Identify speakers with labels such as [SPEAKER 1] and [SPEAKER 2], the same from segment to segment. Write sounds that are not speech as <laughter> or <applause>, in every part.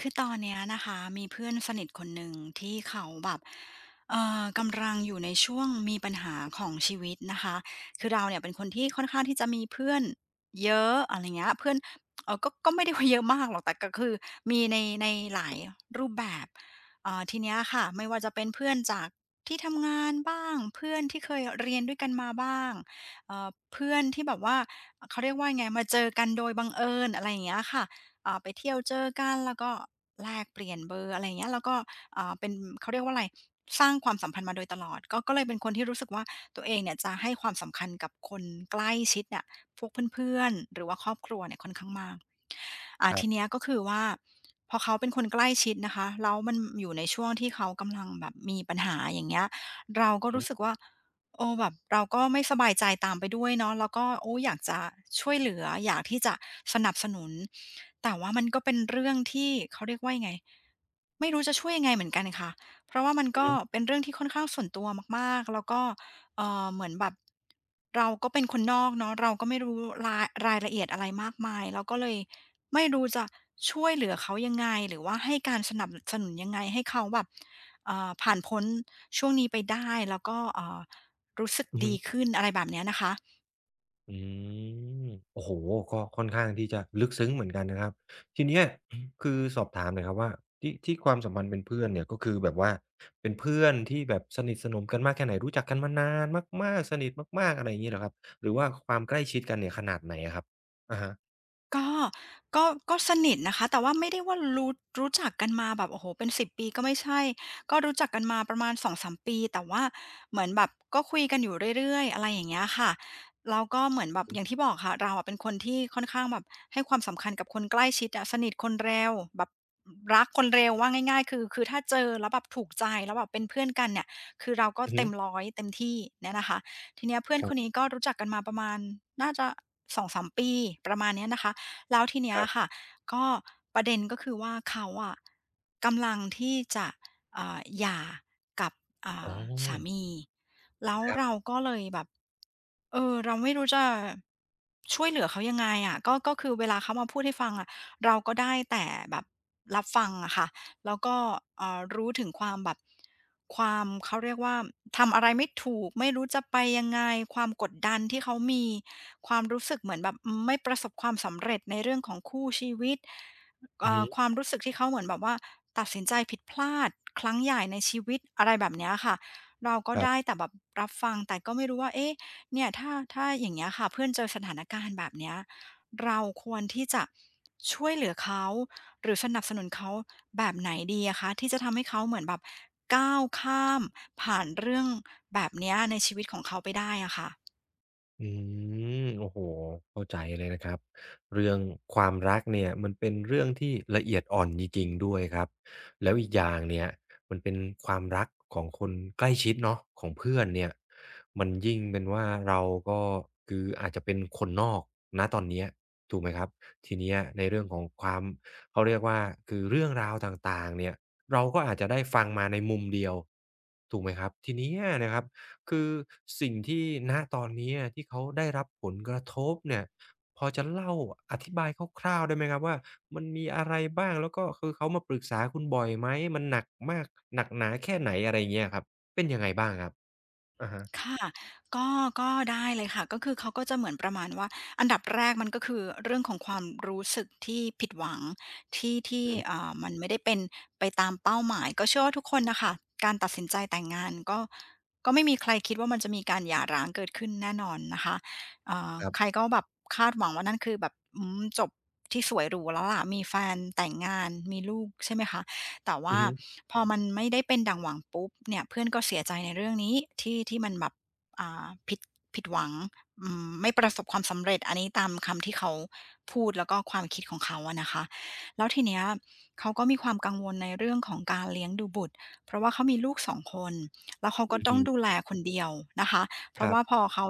[SPEAKER 1] คือตอนเนี้ยนะคะมีเพื่อนสนิทคนหนึ่งที่เขาแบบกำลังอยู่ในช่วงมีปัญหาของชีวิตนะคะคือเราเนี่ยเป็นคนที่ค่อนข้างที่จะมีเพื่อนเยอะอะไรเงี้ยเพื่อนก็ไม่ได้ว่าเยอะมากหรอกแต่ก็คือมีในหลายรูปแบบทีเนี้ยค่ะไม่ว่าจะเป็นเพื่อนจากที่ทำงานบ้างเพื่อนที่เคยเรียนด้วยกันมาบ้างเพื่อนที่แบบว่าเขาเรียกว่าไงมาเจอกันโดยบังเอิญอะไรอย่างเงี้ยค่ะ ไปเที่ยวเจอกันแล้วก็แลกเปลี่ยนเบอร์อะไรเงี้ยแล้วก็เอ่าเป็นเขาเรียกว่าอะไรสร้างความสัมพันธ์มาโดยตลอดก็เลยเป็นคนที่รู้สึกว่าตัวเองเนี่ยจะให้ความสำคัญกับคนใกล้ชิดเนี่ยพวกเพื่อนๆหรือว่าครอบครัวเนี่ยค่อนข้างมากอ่า
[SPEAKER 2] ครั
[SPEAKER 1] ทีเนี้
[SPEAKER 2] บ
[SPEAKER 1] ยก็คือว่าพอเขาเป็นคนใกล้ชิดนะคะแล้วมันอยู่ในช่วงที่เขากำลังแบบมีปัญหาอย่างเงี้ยเรา
[SPEAKER 2] อื
[SPEAKER 1] ก็
[SPEAKER 2] อฮึ
[SPEAKER 1] รู้สึกว่า เอ้แบบเราก็ไม่สบายใจตามไปด้วยเนาะแล้วก็โอ้อยากจะช่วยเหลืออยากที่จะสนับสนุนแต่ว่ามันก็เป็นเรื่องที่เขาเรียกว่ายังไงไม่รู้จะช่วยยังไงเหมือนกันค่ะเพราะว่ามัน
[SPEAKER 2] อือ
[SPEAKER 1] ก็
[SPEAKER 2] ฮึ
[SPEAKER 1] เป็นเรื่องที่ค่อนข้างส่วนตัวมากๆแล้วก็เออเหมือนแบบเราก็เป็นคนนอกเนาะเราก็ไม่รู้รายละเอียดอะไรมากมายเราก็เลยไม่รู้จะช่วยเหลือเขายังไงหรือว่าให้การสนับสนุนยังไงให้เขาแบบผ่านพ้นช่วงนี้ไปได้แล้วก็รู้สึก
[SPEAKER 2] อือฮึ
[SPEAKER 1] ดีขึ้นอะไรแบบเนี้ยนะคะ
[SPEAKER 2] อืมโอ้โฮก็ค่อนข้างที่จะลึกซึ้งเหมือนกันนะครับ ทีเนี้ยคือสอบถามหน่อยครับว่าที่ความสัมพันธ์เป็นเพื่อนเนี่ยก็คือแบบว่าเป็นเพื่อนที่แบบสนิทสนมกันมากแค่ไหนรู้จักกันมานานมากๆสนิทมากๆอะไรอย่างงี้เหรอครับหรือว่าความใกล้ชิดกันเนี่ยขนาดไหนอะครับอะฮะ
[SPEAKER 1] ก็ก็ก็สนิทนะคะแต่ว่าไม่ได้ว่ารู้จักกันมาแบบโอ้โฮเป็น10ปีก็ไม่ใช่ก็รู้จักกันมาประมาณ2-3ปีแต่ว่าเหมือนแบบก็คุยกันอยู่เรื่อยๆอะไรอย่างเงี้ยค่ะแล้วก็เหมือนแบบ
[SPEAKER 2] อื
[SPEAKER 1] อ
[SPEAKER 2] อ
[SPEAKER 1] ย่างที่บ
[SPEAKER 2] ฮึ
[SPEAKER 1] อกค่ะเราอะเป็นคนที่ค่อนข้างแบบให้ความสำคัญกับคนใกล้ชิดอะสนิทคนเร็วแบบรักคนเร็วว่าง่ายๆคือถ้าเจอแล้วแบบถูกใจแล้วแบบเป็นเพื่อนกันเนี่ยคือเราก็
[SPEAKER 2] อือฮึ
[SPEAKER 1] เต็ม100เต็มที่เนี่ยนะคะทีเนี้ยเพื่อนคน
[SPEAKER 2] ค
[SPEAKER 1] นี้ก็รู้จักกันมาประมาณน่าจะสองสามปีประมาณเนี้ยนะคะ แล้วทีเนี้ย
[SPEAKER 2] รับ
[SPEAKER 1] ค่ะ
[SPEAKER 2] ๆ
[SPEAKER 1] ก็ประเด็นก็คือว่าเขาอะกำลังที่จะหย่ากับอ่
[SPEAKER 2] อ๋อ
[SPEAKER 1] าสามีแล้ว
[SPEAKER 2] ครั
[SPEAKER 1] เรา
[SPEAKER 2] บ
[SPEAKER 1] ก็เลยแบบเออเราไม่รู้จะช่วยเหลือเขายังไงอะก็คือเวลาเขามาพูดให้ฟังอะเราก็ได้แต่แบบรับฟังอะค่ะ แล้วก็รู้ถึงความแบบความเขาเรียกว่าทำอะไรไม่ถูกไม่รู้จะไปยังไงความกดดันที่เขามีความรู้สึกเหมือนแบบไม่ประสบความสำเร็จในเรื่องของคู่ชีวิต
[SPEAKER 2] อือ
[SPEAKER 1] ค
[SPEAKER 2] ฮึ
[SPEAKER 1] วามรู้สึกที่เขาเหมือนแบบว่าตัดสินใจผิดพลาดครั้งใหญ่ในชีวิตอะไรแบบเนี้ยค่ะเราก็
[SPEAKER 2] ครั
[SPEAKER 1] ได้
[SPEAKER 2] บ
[SPEAKER 1] แต่แบบรับฟังแต่ก็ไม่รู้ว่าเอ๊ะเนี่ยถ้าอย่างเงี้ยค่ะเพื่อนเจอสถานการณ์แบบเนี้ย เราควรที่จะช่วยเหลือเขาหรือสนับสนุนเขาแบบไหนดีอะคะที่จะทำให้เขาเหมือนแบบก้าวข้ามผ่านเรื่องแบบเนี้ยในชีวิตของเขาไปได้อะค่ะ
[SPEAKER 2] อืมโอ้โฮเข้าใจเลยนะครับเรื่องความรักเนี่ยมันเป็นเรื่องที่ละเอียดอ่อนจริงๆด้วยครับแล้วอีกอย่างเนี่ยมันเป็นความรักของคนใกล้ชิดเนาะของเพื่อนเนี่ยมันยิ่งเป็นว่าเราก็คืออาจจะเป็นคนนอกณตอนเนี้ยถูกไหมครับทีเนี้ยในเรื่องของความเขาเรียกว่าคือเรื่องราวต่างๆเนี่ยเราก็อาจจะได้ฟังมาในมุมเดียวถูกไหมครับทีเนี้ยนะครับ คือสิ่งที่ณตอนนี้อะที่เขาได้รับผลกระทบเนี่ยพอจะเล่าอธิบายคร่าวๆได้ไหมครับว่ามันมีอะไรบ้างแล้วก็คือเขามาปรึกษาคุณบ่อยไหมมันหนักมากหนักหนาแค่ไหนอะไรอย่างเงี้ยครับเป็นยังไงบ้างครับอะฮะ
[SPEAKER 1] ค่ะก็ก็ได้เลยค่ะก็คือเขาก็จะเหมือนประมาณว่าอันดับแรกมันก็คือเรื่องของความรู้สึกที่ผิดหวังที่
[SPEAKER 2] อือฮึ
[SPEAKER 1] อ่ามันไม่ได้เป็นไปตามเป้าหมายก็เชื่อว่าทุกคนน่ะค่ะการตัดสินใจแต่งงานก็ไม่มีใครคิดว่ามันจะมีการหย่าร้างเกิดขึ้นแน่นอนนะคะอ่า
[SPEAKER 2] ครั
[SPEAKER 1] ใคร
[SPEAKER 2] บ
[SPEAKER 1] ก็แบบคาดหวังว่านั่นคือแบบอืมจบที่สวยหรูแล้วล่ะมีแฟนแต่งงานมีลูกใช่ไหมคะ แต่
[SPEAKER 2] อื
[SPEAKER 1] ว่า
[SPEAKER 2] อฮึ
[SPEAKER 1] พอมันไม่ได้เป็นดังหวังปุ๊บเนี่ยเพื่อนก็เสียใจในเรื่องนี้ที่มันแบบอ่าผิดหวังอืมไม่ประสบความสำเร็จอันนี้ตามคำที่เขาพูดแล้วก็ความคิดของเขาอะนะคะแล้วทีเนี้ยเขาก็มีความกังวลในเรื่องของการเลี้ยงดูบุตรเพราะว่าเขามีลูก2คนแล้วเขา
[SPEAKER 2] อื
[SPEAKER 1] ก็ต้อ
[SPEAKER 2] อ
[SPEAKER 1] งดูแลคนเดียวนะคะเพ
[SPEAKER 2] ค
[SPEAKER 1] ราะ
[SPEAKER 2] รั
[SPEAKER 1] ว่าพ
[SPEAKER 2] บ
[SPEAKER 1] อเขา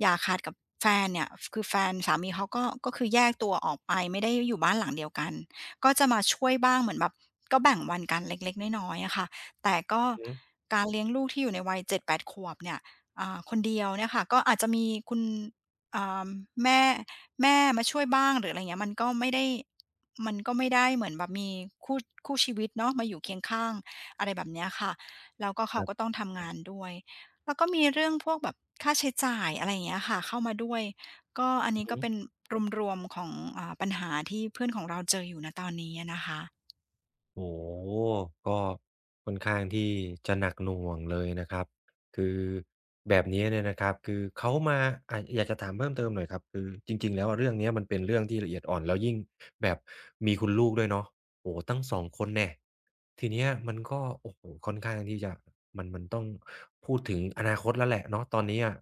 [SPEAKER 1] อย่าขาดกับแฟนเนี่ยคือแฟนสามีเขาก็คือแยกตัวออกไปไม่ได้อยู่บ้านหลังเดียวกัน ก็จะมาช่วยบ้างเหมือนแบบก็แบ่งวันกันเล็กๆน้อยๆอะค่ะแต่ก็
[SPEAKER 2] อือฮึ
[SPEAKER 1] การเลี้ยงลูกที่อยู่ในวัย7-8ขวบเนี่ยคนเดียวเนี่ยค่ะก็อาจจะมีคุณอ่าแม่มาช่วยบ้างหรืออะไรอย่างเงี้ยมันก็ไม่ได้มันก็ไม่ได้เหมือนแบบมีคู่คู่ชีวิตเนาะมาอยู่เคียงข้างอะไรแบบเนี้ยค่ะแล้วก็
[SPEAKER 2] ค
[SPEAKER 1] เขา
[SPEAKER 2] รั
[SPEAKER 1] ก็
[SPEAKER 2] บ
[SPEAKER 1] ต้องทำงานด้วยแล้วก็มีเรื่องพวกแบบค่าใช้จ่ายอะไรอย่างเงี้ยค่ะเข้ามาด้วย ก็อัน
[SPEAKER 2] อื
[SPEAKER 1] นี้
[SPEAKER 2] อฮึ
[SPEAKER 1] ก็เป็นรวมๆของปัญหาที่เพื่อนของเราเจออยู่นะตอนนี้อะนะคะ
[SPEAKER 2] โอ้โฮก็ค่อนข้างที่จะหนักหน่วงเลยนะครับคือแบบนี้เนี่ยนะครับ คือเขามาอ่าอยากจะถามเพิ่มเติมหน่อยครับคือจริงๆแล้วอะเรื่องเนี้ยมันเป็นเรื่องที่ละเอียดอ่อนแล้วยิ่งแบบมีคุณลูกด้วยเนาะโอ้โฮตั้งสองคนแน่ทีเนี้ยมันก็โอ้โฮค่อนข้างที่จะมันต้องพูดถึงอนาคตแล้วแหละเนาะตอนนี้อะ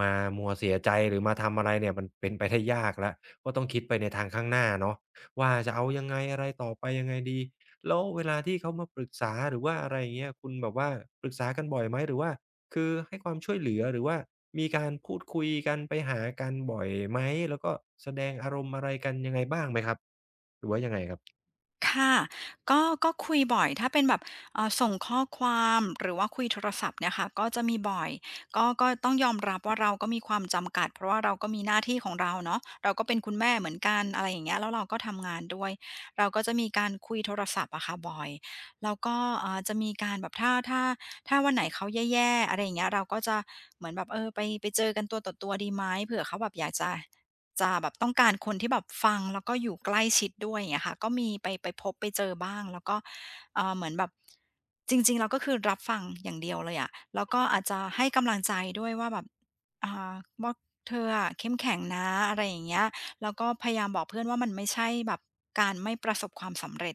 [SPEAKER 2] มามัวเสียใจหรือมาทำอะไรเนี่ยมันเป็นไปได้ยากแล้วก็ต้องคิดไปในทางข้างหน้าเนาะว่าจะเอายังไงอะไรต่อไปยังไงดี แล้วเวลาที่เขามาปรึกษาหรือว่าอะไรอย่างเงี้ยคุณแบบว่าปรึกษากันบ่อยไหมหรือว่าคือให้ความช่วยเหลือหรือว่ามีการพูดคุยกันไปหากันบ่อยไหมแล้วก็แสดงอารมณ์อะไรกันยังไงบ้างไหมครับหรือว่ายังไงครับ
[SPEAKER 1] ค่ะก็คุยบ่อยถ้าเป็นแบบส่งข้อความหรือว่าคุยโทรศัพท์เนี่ยค่ะก็จะมีบ่อยก็ต้องยอมรับว่าเราก็มีความจำกัดเพราะว่าเราก็มีหน้าที่ของเราเนาะเราก็เป็นคุณแม่เหมือนกันอะไรอย่างเงี้ยแล้วเราก็ทำงานด้วยเราก็จะมีการคุยโทรศัพท์อะค่ะบ่อยแล้วก็จะมีการแบบถ้าวันไหนเขาแย่ๆอะไรอย่างเงี้ยเราก็จะเหมือนแบบเออไปเจอกันตัวต่อตัวดีไหมเผื่อเขาแบบอยากจะ จะแบบต้องการคนที่แบบฟังแล้วก็อยู่ใกล้ชิดด้วยอย่างเงี้ยค่ะก็มีไปพบไปเจอบ้างแล้วก็เหมือนแบบจริงๆเราก็คือรับฟังอย่างเดียวเลยอะแล้วก็อาจจะให้กำลังใจด้วยว่าแบบอ่าว่าเธออะเข้มแข็งนะอะไรอย่างเงี้ยแล้วก็พยายามบอกเพื่อนว่ามันไม่ใช่แบบการไม่ประสบความสำเร็จ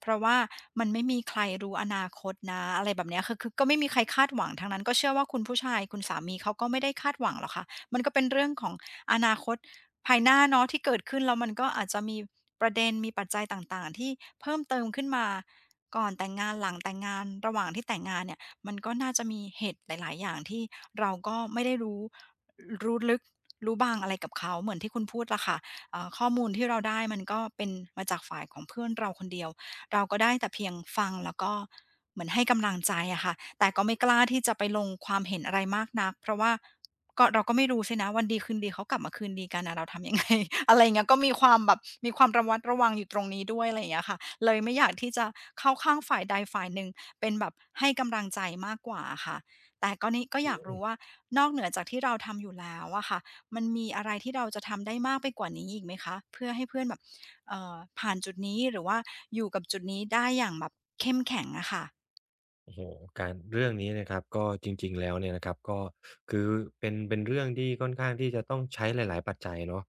[SPEAKER 1] เพราะว่ามันไม่มีใครรู้อนาคตนะอะไรแบบเนี้ยคือก็ไม่มีใครคาดหวังทั้งนั้นก็เชื่อว่าคุณผู้ชายคุณสามีเขาก็ไม่ได้คาดหวังหรอกค่ะมันก็เป็นเรื่องของอนาคต ภายหน้าเนาะที่เกิดขึ้นแล้วมันก็อาจจะมีประเด็นมีปัจจัยต่างๆที่เพิ่มเติมขึ้นมาก่อนแต่งงานหลังแต่งงานระหว่างที่แต่งงานเนี่ยมันก็น่าจะมีเหตุหลายๆอย่างที่เราก็ไม่ได้รู้รู้ลึกรู้บางอะไรกับเขาเหมือนที่คุณพูดล่ะค่ะข้อมูลที่เราได้มันก็เป็นมาจากฝ่ายของเพื่อนเราคนเดียว เราก็ได้แต่เพียงฟังแล้วก็เหมือนให้กำลังใจอะค่ะแต่ก็ไม่กล้าที่จะไปลงความเห็นอะไรมากนักเพราะว่าก็เราก็ไม่รู้สินะวันดีคืนดีเขากลับมาคืนดีกันนะเราทำยังไง <laughs> อะไรอย่างเงี้ยก็มีความแบบมีความระวัดระวังอยู่ตรงนี้ด้วยอะไรอย่างเงี้ยค่ะเลยไม่อยากที่จะเข้าข้างฝ่ายใดฝ่ายหนึ่งเป็นแบบให้กำลังใจมากกว่าค่ะแต่ก็นี่ก็อยากรู้ว่านอกเหนือจากที่เราทำอยู่แล้วอะค่ะ มันมีอะไรที่เราจะทำได้มากไปกว่านี้อีกไหมคะเพื่อให้เพื่อนแบบผ่านจุดนี้หรือว่าอยู่กับจุดนี้ได้อย่างแบบเข้มแข็งอะค่ะ
[SPEAKER 2] โอ้โหการเรื่องนี้นะครับก็จริงๆแล้วเนี่ยนะครับก็คือเป็นเรื่องที่ค่อนข้างที่จะต้องใช้หลายๆปัจจัยเนาะ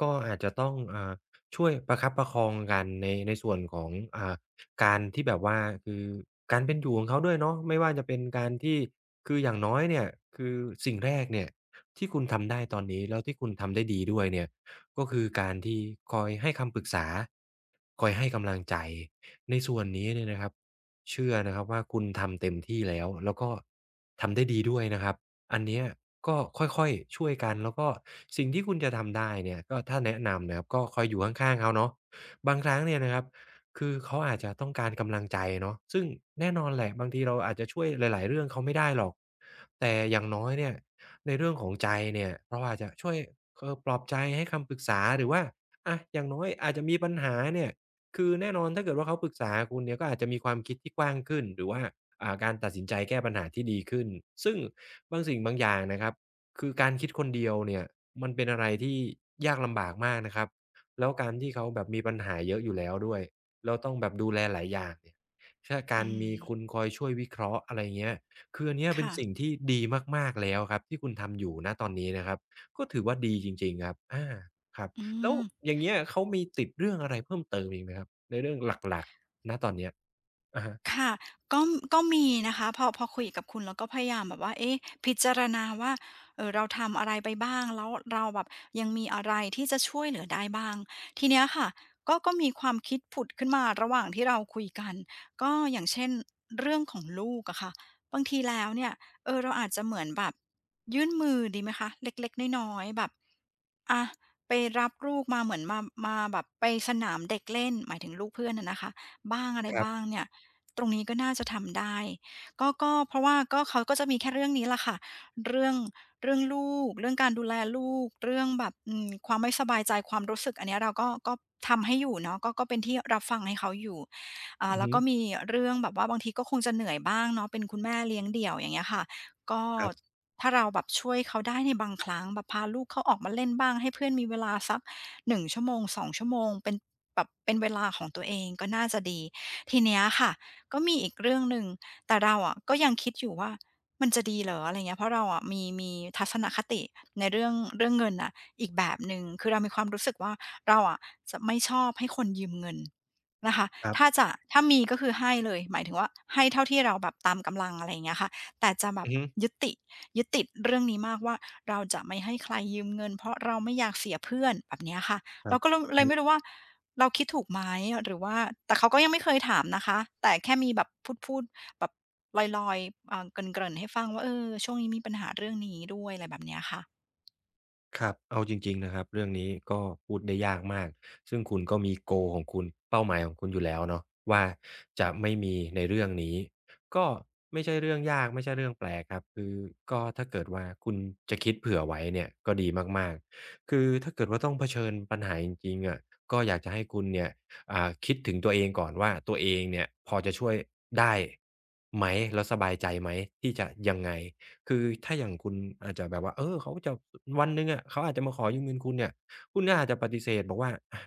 [SPEAKER 2] ก็อาจจะต้องอ่าช่วยประคับประคองกันในส่วนของอ่าการที่แบบว่าคือการเป็นอยู่ของเขาด้วยเนาะไม่ว่าจะเป็นการที่คืออย่างน้อยเนี่ยคือสิ่งแรกเนี่ยที่คุณทำได้ตอนนี้แล้วที่คุณทำได้ดีด้วยเนี่ยก็คือการที่คอยให้คำปรึกษาคอยให้กำลังใจในส่วนนี้เนี่ยนะครับ เชื่อนะครับว่าคุณทำเต็มที่แล้วแล้วก็ทำได้ดีด้วยนะครับอันเนี้ยก็ค่อยๆช่วยกันแล้วก็สิ่งที่คุณจะทำได้เนี่ยก็ถ้าแนะนำนะครับก็คอยอยู่ข้างๆเขาเนาะบางครั้งเนี่ยนะครับคือเขาอาจจะต้องการกำลังใจเนาะซึ่งแน่นอนแหละบางทีเราอาจจะช่วยหลายๆเรื่องเขาไม่ได้หรอกแต่อย่างน้อยเนี่ยในเรื่องของใจเนี่ยเราอาจจะช่วยปลอบใจให้คำปรึกษาหรือว่าอะอย่างน้อยอาจจะมีปัญหาเนี่ย คือแน่นอนถ้าเกิดว่าเขาปรึกษาคุณเนี่ยก็อาจจะมีความคิดที่กว้างขึ้นหรือว่าอ่าการตัดสินใจแก้ปัญหาที่ดีขึ้นซึ่งบางสิ่งบางอย่างนะครับคือการคิดคนเดียวเนี่ยมันเป็นอะไรที่ยากลำบากมากนะครับแล้วการที่เขาแบบมีปัญหาเยอะอยู่แล้วด้วยแล้วต้องแบบดูแลหลายอย่างเนี่ยถ้ากา
[SPEAKER 1] อื
[SPEAKER 2] รมี
[SPEAKER 1] ม
[SPEAKER 2] คุณคอยช่วยวิเคราะห์อะไรเงี้ยคืออันเนี้ยเป็น
[SPEAKER 1] ค่ะ
[SPEAKER 2] สิ่งที่ดีมากๆแล้วครับที่คุณทำอยู่ณตอนนี้นะครับก็ถือว่าดีจริงๆครับอาครับ
[SPEAKER 1] อื
[SPEAKER 2] แล้ว
[SPEAKER 1] ม
[SPEAKER 2] อย่างเงี้ยเขามีติดเรื่องอะไรเพิ่มเติมอีกไหมครับในเรื่องหลักๆณตอนเนี้ยอะฮะ
[SPEAKER 1] ค่ะก็ก็มีนะคะพอคุยกับคุณแล้วก็พยายามแบบว่าเอ๊ะพิจารณาว่าเราทำอะไรไปบ้างแล้วเราแบบยังมีอะไรที่จะช่วยเหลือได้บ้าง ทีเนี้ยค่ะก็มีความคิดผุดขึ้นมา ระหว่างที่เราคุยกัน ก็อย่างเช่น เรื่องของลูกอะค่ะบางทีแล้วเนี่ยเออเราอาจจะเหมือนแบบยื่นมือดีไหมคะเล็กๆน้อยๆแบบอะไปรับลูกมาเหมือนมาแบบไปสนามเด็กเล่น หมายถึงลูกเพื่อนอะนะคะบ้างอะไร
[SPEAKER 2] ครั
[SPEAKER 1] บ้าง
[SPEAKER 2] บ
[SPEAKER 1] เนี่ย ตรงนี้ก็น่าจะทำได้ก็เพราะว่าก็เขาก็จะมีแค่เรื่องนี้แหละค่ะเรื่องลูกเรื่องการดูแลลูกเรื่องแบบอืมความไม่สบายใจความรู้สึกอันเนี้ยเราก็ทำให้อยู่เนาะก็เป็นที่รับฟังให้เขาอยู่
[SPEAKER 2] อือ
[SPEAKER 1] แล้ว
[SPEAKER 2] ฮึ
[SPEAKER 1] ก็มีเรื่องแบบว่าบางทีก็คงจะเหนื่อยบ้างเนาะเป็นคุณแม่เลี้ยงเดี่ยวอย่างเงี้ยค่ะก็
[SPEAKER 2] ครับ
[SPEAKER 1] ถ้าเราแบบช่วยเขาได้ในบางครั้งแบบพาลูกเขาออกมาเล่นบ้างให้เพื่อนมีเวลาสัก1 ชั่วโมง 2 ชั่วโมงเป็นแบบเป็นเวลาของตัวเองก็น่าจะดีทีเนี้ยค่ะ ก็มีอีกเรื่องหนึ่งแต่เราอะก็ยังคิดอยู่ว่ามันจะดีเหรออะไรเงี้ยเพราะเราอะมีทัศนคติในเรื่องเรื่องเงินน่ะอีกแบบหนึ่งคือเรามีความรู้สึกว่าเราอะจะไม่ชอบให้คนยืมเงินนะคะ
[SPEAKER 2] ครั
[SPEAKER 1] ถ้า
[SPEAKER 2] บ
[SPEAKER 1] จะถ้ามีก็คือให้เลยหมายถึงว่าให้เท่าที่เราแบบตามกำลังอะไรอย่างเงี้ยค่ะแต่จะแบบ
[SPEAKER 2] อือฮึ
[SPEAKER 1] ยึดติยึดติดเรื่องนี้มากว่าเราจะไม่ให้ใครยืมเงินเพราะเราไม่อยากเสียเพื่อนแบบเนี้ยค่ะ
[SPEAKER 2] ครั
[SPEAKER 1] เราก็
[SPEAKER 2] บ
[SPEAKER 1] เลยไม่รู้ว่า เราคิดถูกไหมหรือว่าแต่เขาก็ยังไม่เคยถามนะคะแต่แค่มีแบบพูดๆแบบลอยๆเกริ่นๆให้ฟังว่าเออช่วงนี้มีปัญหาเรื่องนี้ด้วยอะไรแบบเนี้ยค่ะ
[SPEAKER 2] ครับเอาจริงๆนะครับเรื่องนี้ก็พูดได้ยากมาก ซึ่งคุณก็มี goal ของคุณเป้าหมายของคุณอยู่แล้วเนาะว่าจะไม่มีในเรื่องนี้ก็ไม่ใช่เรื่องยากไม่ใช่เรื่องแปลกครับคือก็ถ้าเกิดว่าคุณจะคิดเผื่อไว้เนี่ยก็ดีมากๆคือถ้าเกิดว่าต้องเผชิญปัญหาจริงๆอะก็อยากจะให้คุณเนี่ยอ่าคิดถึงตัวเองก่อนว่าตัวเองเนี่ยพอจะช่วยได้ไหมแล้วสบายใจไหมที่จะยังไง คือถ้าอย่างคุณอาจจะแบบว่าเออเขาจะวันหนึ่งอะเขาอาจจะมาขอยืมเงินคุณเนี่ยคุณก็อาจจะปฏิเสธบอกว่าอะ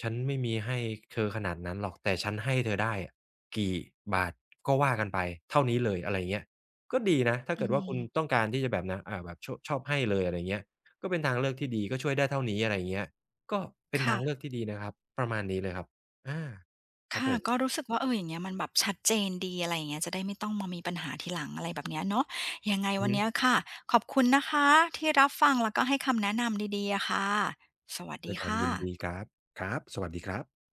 [SPEAKER 2] ฉันไม่มีให้เธอขนาดนั้นหรอกแต่ฉันให้เธอได้อะกี่บาทก็ว่ากันไปเท่านี้เลยอะไรอย่างเงี้ยก็ดีนะถ้า
[SPEAKER 1] อื
[SPEAKER 2] เกิดว่าคุณต้อง
[SPEAKER 1] ม
[SPEAKER 2] การที่จะแบบนะอ่าแบบโชะชอบให้เลยอะไรอย่างเงี้ยก็เป็นทางเลือกที่ดีก็ช่วยได้เท่านี้อะไรอย่างเงี้ยก็เป็น
[SPEAKER 1] ค่ะ
[SPEAKER 2] ทางเลือกที่ดีนะครับประมาณนี้เลยครับอาครับ
[SPEAKER 1] ค่ะ
[SPEAKER 2] ผ
[SPEAKER 1] ก็
[SPEAKER 2] ม
[SPEAKER 1] รู้สึกว่าเอออย่างเงี้ยมันแบบชัดเจนดีอะไรอย่างเงี้ยจะได้ไม่ต้องมามีปัญหาทีหลังอะไรแบบเนี้ยเนาะยังไง
[SPEAKER 2] อือ
[SPEAKER 1] วัน
[SPEAKER 2] ฮึ
[SPEAKER 1] เนี้ยค่ะขอบคุณนะคะที่รับฟังแล้วก็ให้คำแนะนำดีๆอะค่ะสวัส
[SPEAKER 2] ด้ว
[SPEAKER 1] ดี
[SPEAKER 2] ยค
[SPEAKER 1] ค
[SPEAKER 2] วามยินดี
[SPEAKER 1] ่ะ
[SPEAKER 2] ครับครับสวัสดีครับ